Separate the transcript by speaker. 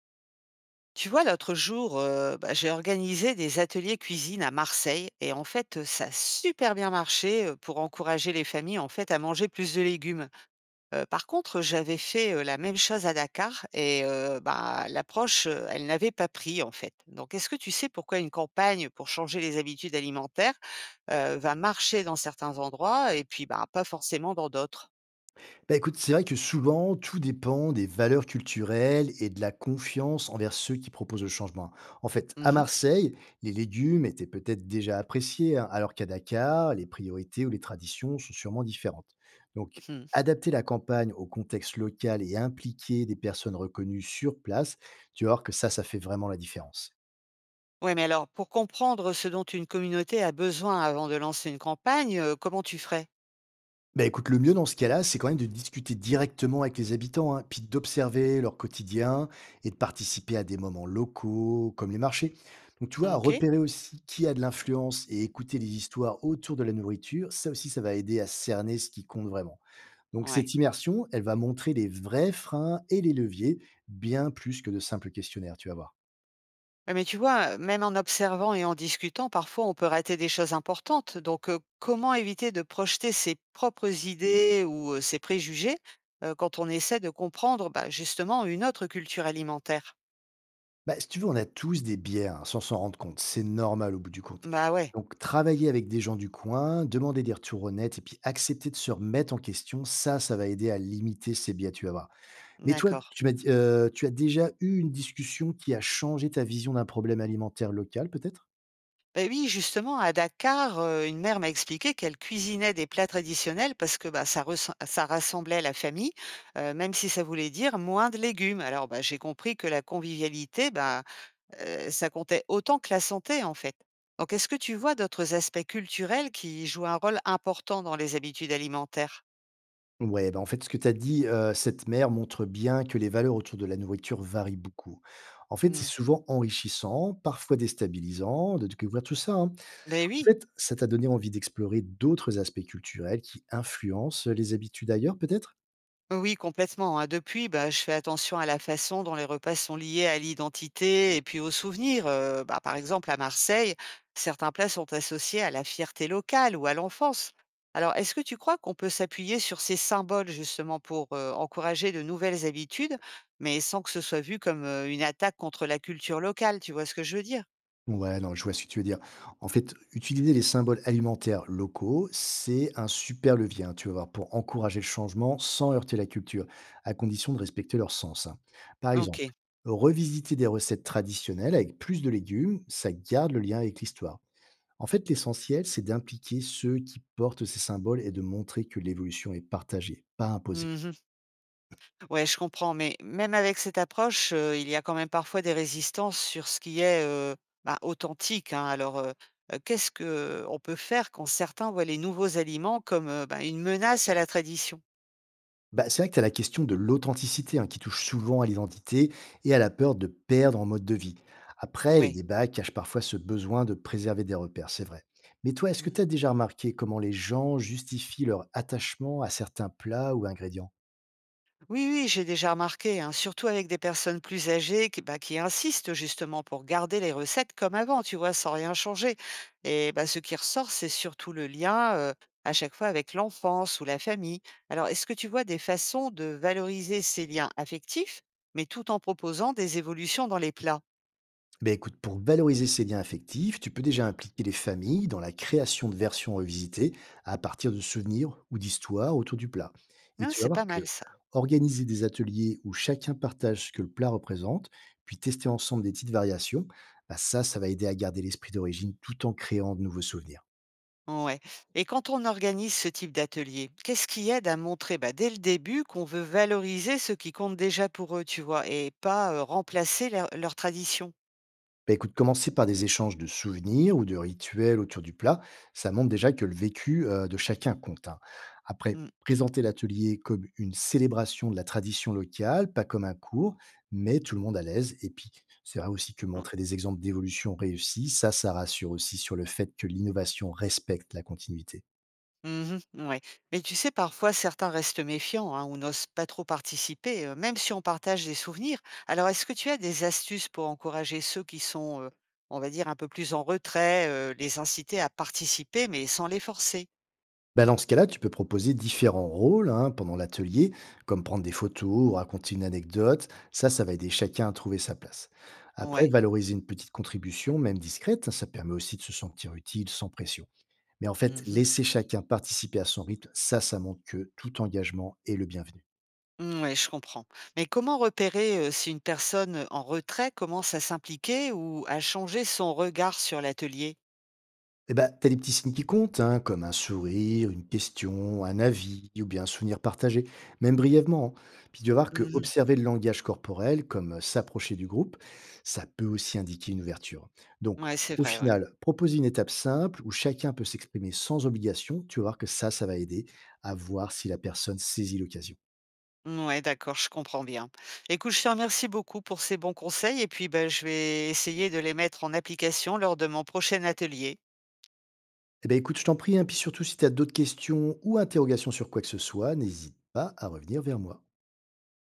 Speaker 1: Tu vois, l'autre jour, j'ai organisé des ateliers cuisine à Marseille et en fait, ça a super bien marché pour encourager les familles en fait à manger plus de légumes. Par contre, j'avais fait la même chose à Dakar et l'approche, elle n'avait pas pris en fait. Donc, est-ce que tu sais pourquoi une campagne pour changer les habitudes alimentaires va marcher dans certains endroits et puis bah, pas forcément dans d'autres.
Speaker 2: Bah écoute, c'est vrai que souvent, tout dépend des valeurs culturelles et de la confiance envers ceux qui proposent le changement. En fait, à Marseille, les légumes étaient peut-être déjà appréciés, hein, alors qu'à Dakar, les priorités ou les traditions sont sûrement différentes. Donc,
Speaker 1: Mhm.
Speaker 2: adapter la campagne au contexte local et impliquer des personnes reconnues sur place, tu vas voir que ça fait vraiment la différence.
Speaker 1: Ouais, mais alors, pour comprendre ce dont une communauté a besoin avant de lancer une campagne, comment tu ferais?
Speaker 2: Bah, écoute, le mieux dans ce cas-là, c'est quand même de discuter directement avec les habitants, hein, puis d'observer leur quotidien et de participer à des moments locaux comme les marchés. Donc, tu vois,
Speaker 1: OK?
Speaker 2: repérer aussi qui a de l'influence et écouter les histoires autour de la nourriture, ça aussi, ça va aider à cerner ce qui compte vraiment. Donc,
Speaker 1: Ouais.
Speaker 2: cette immersion, elle va montrer les vrais freins et les leviers, bien plus que de simples questionnaires, tu vas voir.
Speaker 1: Ouais, mais tu vois, même en observant et en discutant, parfois on peut rater des choses importantes. Donc, comment éviter de projeter ses propres idées ou ses préjugés quand on essaie de comprendre bah, justement une autre culture alimentaire?
Speaker 2: Bah, si tu veux, on a tous des biais, hein, sans s'en rendre compte. C'est normal au bout du compte.
Speaker 1: Bah ouais,
Speaker 2: Donc, travailler avec des gens du coin, demander des retours honnêtes et puis accepter de se remettre en question, ça va aider à limiter ces biais, tu vas voir. Mais toi,
Speaker 1: d'accord.
Speaker 2: tu m'as dit, tu as déjà eu une discussion qui a changé ta vision d'un problème alimentaire local, peut-être?
Speaker 1: Ben oui, justement, à Dakar, une mère m'a expliqué qu'elle cuisinait des plats traditionnels parce que, bah, ça rassemblait la famille, même si ça voulait dire moins de légumes. Alors, bah, j'ai compris que la convivialité, ça comptait autant que la santé, en fait. Donc, est-ce que tu vois d'autres aspects culturels qui jouent un rôle important dans les habitudes alimentaires?
Speaker 2: Ouais, bah, en fait, ce que tu as dit, cette mère montre bien que les valeurs autour de la nourriture varient beaucoup. En fait, c'est
Speaker 1: Mmh.
Speaker 2: souvent enrichissant, parfois déstabilisant de découvrir tout ça, hein.
Speaker 1: Beh,
Speaker 2: En
Speaker 1: oui.
Speaker 2: fait, ça t'a donné envie d'explorer d'autres aspects culturels qui influencent les habitudes ailleurs, peut-être?
Speaker 1: Oui, complètement, hein. Depuis, bah, je fais attention à la façon dont les repas sont liés à l'identité et puis aux souvenirs. Bah, par exemple, à Marseille, certains plats sont associés à la fierté locale ou à l'enfance. Alors, est-ce que tu crois qu'on peut s'appuyer sur ces symboles justement pour encourager de nouvelles habitudes, mais sans que ce soit vu comme une attaque contre la culture locale? Tu vois ce que je veux dire?
Speaker 2: Ouais, non, je vois ce que tu veux dire. En fait, utiliser les symboles alimentaires locaux, c'est un super levier, hein, tu vas voir, pour encourager le changement sans heurter la culture, à condition de respecter leur sens, hein. Par
Speaker 1: Ok.
Speaker 2: exemple, revisiter des recettes traditionnelles avec plus de légumes, ça garde le lien avec l'histoire. En fait, l'essentiel, c'est d'impliquer ceux qui portent ces symboles et de montrer que l'évolution est partagée, pas imposée.
Speaker 1: Mhm. Ouais, je comprends, mais même avec cette approche, il y a quand même parfois des résistances sur ce qui est, authentique, hein. Alors, qu'est-ce que on peut faire quand certains voient les nouveaux aliments comme, une menace à la tradition?
Speaker 2: Bah, c'est vrai que tu as la question de l'authenticité, hein, qui touche souvent à l'identité et à la peur de perdre en mode de vie. Après, les
Speaker 1: Oui.
Speaker 2: débats cachent parfois ce besoin de préserver des repères, c'est vrai. Mais toi, est-ce que
Speaker 1: Mmh.
Speaker 2: tu as déjà remarqué comment les gens justifient leur attachement à certains plats ou ingrédients?
Speaker 1: Oui, oui, j'ai déjà remarqué, hein, surtout avec des personnes plus âgées qui, bah, qui insistent justement pour garder les recettes comme avant, tu vois, sans rien changer. Et bah, ce qui ressort, c'est surtout le lien à chaque fois avec l'enfance ou la famille. Alors, est-ce que tu vois des façons de valoriser ces liens affectifs, mais tout en proposant des évolutions dans les plats?
Speaker 2: Ben écoute, pour valoriser ces liens affectifs, tu peux déjà impliquer les familles dans la création de versions revisitées à partir de souvenirs ou d'histoires autour du plat. Et
Speaker 1: Hein,
Speaker 2: tu vas
Speaker 1: c'est pas
Speaker 2: voir que
Speaker 1: mal ça.
Speaker 2: organiser des ateliers où chacun partage ce que le plat représente, puis tester ensemble des petites variations, bah ça, ça va aider à garder l'esprit d'origine tout en créant de nouveaux souvenirs.
Speaker 1: Ouais. Et quand on organise ce type d'atelier, qu'est-ce qui aide à montrer bah, dès le début qu'on veut valoriser ce qui compte déjà pour eux, tu vois, et pas remplacer leur tradition?
Speaker 2: Bah, écoute, commencer par des échanges de souvenirs ou de rituels autour du plat, ça montre déjà que le vécu de chacun compte, hein. Après,
Speaker 1: Mm.
Speaker 2: présenter l'atelier comme une célébration de la tradition locale, pas comme un cours, mais tout le monde à l'aise. Et puis, c'est vrai aussi que montrer des exemples d'évolution réussie, ça rassure aussi sur le fait que l'innovation respecte la continuité.
Speaker 1: Mhm, ouais. Mais tu sais, parfois, certains restent méfiants hein, ou n'osent pas trop participer, même si on partage des souvenirs. Alors, est-ce que tu as des astuces pour encourager ceux qui sont, on va dire, un peu plus en retrait, les inciter à participer, mais sans les forcer?
Speaker 2: Bah, dans ce cas-là, tu peux proposer différents rôles, hein, pendant l'atelier, comme prendre des photos ou raconter une anecdote. Ça va aider chacun à trouver sa place. Après,
Speaker 1: Ouais.
Speaker 2: valoriser une petite contribution, même discrète, ça permet aussi de se sentir utile sans pression. Mais en fait, laisser chacun participer à son rythme, ça montre que tout engagement est le bienvenu.
Speaker 1: Mmh, ouais, je comprends. Mais comment repérer, si une personne, en retrait commence à s'impliquer ou à changer son regard sur l'atelier?
Speaker 2: Eh ben, t'as des petits signes qui comptent, hein, comme un sourire, une question, un avis ou bien un souvenir partagé, même brièvement, hein. Puis tu vas voir que
Speaker 1: Mmh.
Speaker 2: observer le langage corporel, comme s'approcher du groupe, ça peut aussi indiquer une ouverture. Donc,
Speaker 1: Ouais, c'est
Speaker 2: au
Speaker 1: vrai, ouais.
Speaker 2: final, proposer une étape simple où chacun peut s'exprimer sans obligation, tu vas voir que ça va aider à voir si la personne saisit l'occasion.
Speaker 1: Mouais, d'accord, je comprends bien. Écoute, je te remercie beaucoup pour ces bons conseils et puis, ben, je vais essayer de les mettre en application lors de mon prochain atelier.
Speaker 2: Eh ben, écoute, je t'en prie, hein, puis surtout si tu as d'autres questions ou interrogations sur quoi que ce soit, n'hésite pas à revenir vers moi.